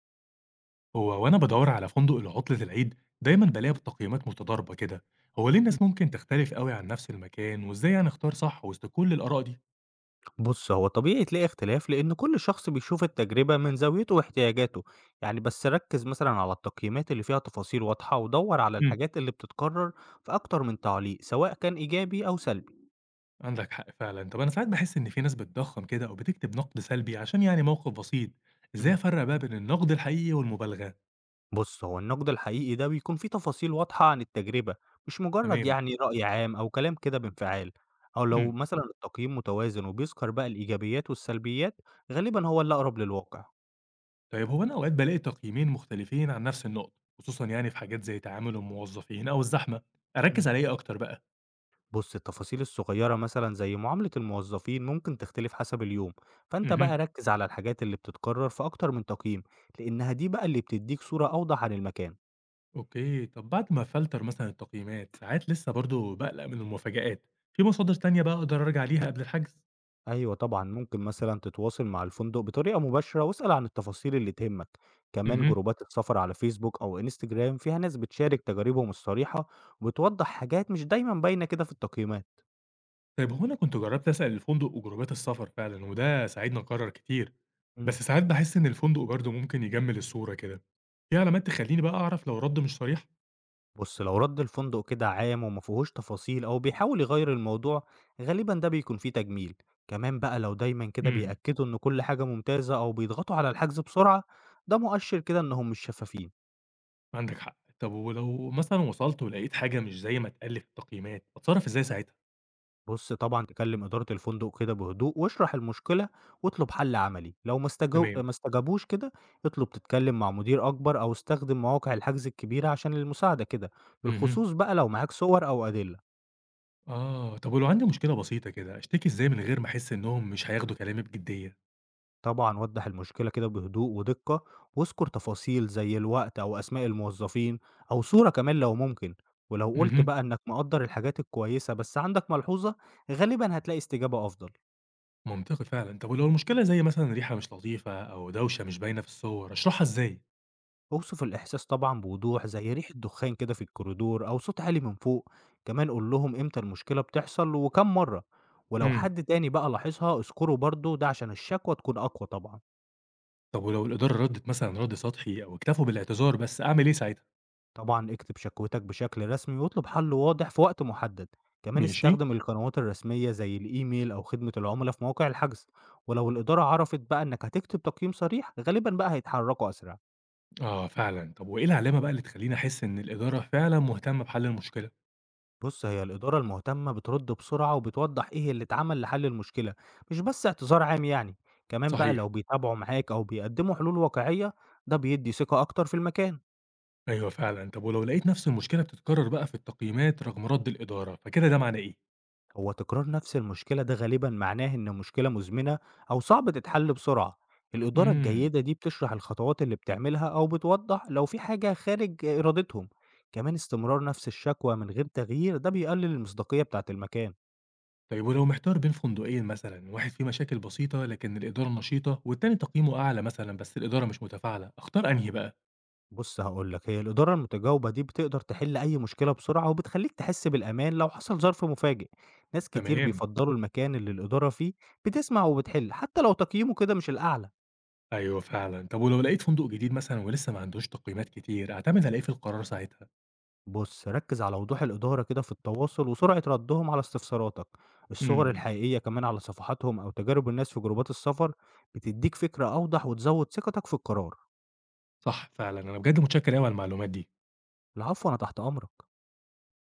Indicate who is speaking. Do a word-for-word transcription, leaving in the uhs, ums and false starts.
Speaker 1: هو وأنا بدور على فندق لعطلة العيد. دايما بلاقي تقييمات متضاربة كده. هو ليه
Speaker 2: إمم.
Speaker 1: الناس ممكن تختلف قوي عن نفس المكان، وإزاي يعني اختار صح وسط كل الآراء دي؟
Speaker 2: بُص، هو طبيعي تلاقي اختلاف لإن كل شخص بيشوف التجربة من زاويته واحتياجاته، يعني بس ركّز مثلًا على التقييمات اللي فيها تفاصيل واضحة ودوّر على
Speaker 1: امم.
Speaker 2: الحاجات اللي بتتكرر في أكتر من تعليق سواء كان إيجابي أو سلبي.
Speaker 1: عندك حق فعلا. طب أنا ساعات بحس إن في ناس بتضخم كده أو بتكتب نقد سلبي عشان يعني موقف بسيط. إزاي
Speaker 2: إمم.
Speaker 1: أفرق بقى بين النقد الحقيقي والمبالغة؟
Speaker 2: بُص، هو النقد الحقيقي ده بيكون فيه تفاصيل واضحة عن التجربة، مش مجرد
Speaker 1: تمام.
Speaker 2: يعني رأي عام أو كلام كده بانفعال، أو لو
Speaker 1: امم.
Speaker 2: مثلًا التقييم متوازن وبيذكر بقى الإيجابيات والسلبيات، غالبًا هو اللي أقرب للواقع.
Speaker 1: طيب هو أنا أوقات بلاقي تقييمين مختلفين عن نفس النقطة، خصوصا يعني في حاجات زي تعامل الموظفين أو الزحمة. أركز
Speaker 2: إمم.
Speaker 1: على إيه أكتر بقى؟
Speaker 2: بُص، التفاصيل الصغيرة مثلًا زي معاملة الموظفين ممكن تختلف حسب اليوم، فأنت
Speaker 1: امم.
Speaker 2: بقى ركّز على الحاجات اللي بتتكرر في أكتر من تقييم، لإنها دي بقى اللي بتدّيك صورة أوضح عن المكان.
Speaker 1: أوكي، طب بعد ما أفلتر مثلًا التقييمات، ساعات لسه برضه باقلق من المفاجآت، في مصادر تانية بقى أقدر أرجع ليها قبل الحجز؟
Speaker 2: أيوه طبعًا، ممكن مثلًا تتواصل مع الفندق بطريقة مباشرة واسأل عن التفاصيل اللي تهمك. كمان
Speaker 1: اهم.
Speaker 2: جروبات السفر على فيسبوك أو إنستجرام فيها ناس بتشارك تجاربهم الصريحة وبتوضح حاجات مش دايمًا باينة كده في التقييمات.
Speaker 1: طيب هو أنا كنت جربت أسأل الفندق وجروبات السفر فعلًا، وده ساعدني أقرر كتير،
Speaker 2: إمم.
Speaker 1: بس ساعات باحس إن الفندق برضه ممكن يجمل الصورة كده، في علامات تخليني بقى أعرف لو الرد مش صريح؟
Speaker 2: بص لو رد الفندق كده عام وما فيهوش تفاصيل او بيحاول يغير الموضوع غالبا ده بيكون فيه تجميل. كمان بقى لو دايما كده
Speaker 1: إمم.
Speaker 2: بيأكدوا ان كل حاجة ممتازة او بيضغطوا على الحجز بسرعة ده مؤشر كده انهم مش شفافين.
Speaker 1: عندك حق، طب ولو مثلًا وصلت ولقيت حاجة مش زي ما اتقال لي في التقييمات، أتصرف إزاي ساعتها؟
Speaker 2: بص طبعا تكلم إدارة الفندق كده بهدوء واشرح المشكلة واطلب حل عملي لو ما استجو...
Speaker 1: تمام.
Speaker 2: ما استجابوش كده اطلب تتكلم مع مدير أكبر أو استخدم مواقع الحجز الكبيرة عشان المساعدة كده،
Speaker 1: اهم.
Speaker 2: بالخصوص بقى لو معاك صور أو أدلة.
Speaker 1: آه، طب ولو عندي مشكلة بسيطة كده، أشتكي إزاي من غير ما أحس إنهم مش هياخدوا كلامي بجدية؟
Speaker 2: طبعًا وضّح المشكلة كده بهدوء ودقة، واذكر تفاصيل زي الوقت أو أسماء الموظفين أو صورة كمان لو ممكن، ولو قُلت
Speaker 1: اهم.
Speaker 2: بقى إنك مقدّر الحاجات الكويسة بس عندك ملحوظة، غالبًا هتلاقي استجابة أفضل.
Speaker 1: منطقي فعلًا. طب ولو المشكلة زي مثلًا ريحة مش لطيفة أو دوشة مش باينة في الصور، أشرحها إزاي؟
Speaker 2: اوصف الإحساس طبعًا بوضوح زي ريحة دخان كده في الكوريدور أو صوت عالي من فوق، كمان قُل لهم إمتى المشكلة بتحصل وكام مرّة، ولو
Speaker 1: امم.
Speaker 2: حد تاني بقى لاحظها اذكره برضه ده عشان الشكوى تكون أقوى طبعًا.
Speaker 1: طب ولو الإدارة ردِّت مثلًا رد سطحي أو اكتفوا بالاعتذار بس، أعمل إيه ساعتها؟
Speaker 2: طبعًا اكتب شكوتك بشكل رسمي واطلب حل واضح في وقت محدد، كمان
Speaker 1: ماشي.
Speaker 2: استخدم القنوات الرسمية زي الإيميل أو خدمة العملا في مواقع الحجز، ولو الإدارة عرفت بقى إنك هتكتب تقييم صريح غالبًا بقى هيتحركوا أسرع.
Speaker 1: آه فعلًا. طب وإيه العلامة بقى اللي تخلّيني أحس إن الإدارة فعلًا مهتمة بحل المشكلة؟
Speaker 2: بُص هي الإدارة المهتمة بترد بسرعة وبتوضح إيه اللي اتعمل لحل المشكلة، مش بس اعتذار عام يعني، كمان بقى
Speaker 1: صحيح.
Speaker 2: لو بيتابعوا معاك أو بيقدموا حلول واقعية ده بيدي ثقة أكتر في المكان.
Speaker 1: أيوه فعلًا. طب ولو لقيت نفس المشكلة بتتكرر بقى في التقييمات رغم رد الإدارة، فكده ده معناه إيه؟
Speaker 2: هو تكرار نفس المشكلة ده غالبا معناه إن مشكلة مزمنة أو صعب تتحل بسرعة. الإدارة
Speaker 1: امم.
Speaker 2: الجيدة دي بتشرح الخطوات اللي بتعملها أو بتوضح لو في حاجة خارج إرادتهم، كمان استمرار نفس الشكوى من غير تغيير ده بيقلل المصداقية بتاعة المكان.
Speaker 1: طيب ولو محتار بين فندقين مثلًا، واحد فيه مشاكل بسيطة لكن الإدارة نشيطة، والتاني تقييمه أعلى مثلًا بس الإدارة مش متفاعلة، أختار أنهي بقى؟
Speaker 2: بص هقولك هي الإدارة المتجاوبة دي بتقدر تحل أي مشكلة بسرعة وبتخليك تحس بالأمان لو حصل ظرف مفاجئ. ناس كتير
Speaker 1: تمام.
Speaker 2: بيفضلوا المكان اللي الإدارة فيه بتسمع وبتحل حتى لو تقييمه كده مش الأعلى.
Speaker 1: أيوه فعلًا. طب ولو لقيت فندق جديد مثلًا ولسه ما عندوش تقييمات كتير، أعتمد على إيه في القرار ساعتها؟
Speaker 2: بُص، ركّز على وضوح الإدارة كده في التواصل وسرعة ردّهم على استفساراتك، الصور
Speaker 1: إمم.
Speaker 2: الحقيقية كمان على صفحاتهم أو تجارب الناس في جروبات السفر بتدّيك فكرة أوضح وتزوّد ثقتك في القرار.
Speaker 1: صح فعلًا، أنا بجد متشكر أوي على المعلومات دي.
Speaker 2: العفو، أنا تحت أمرك.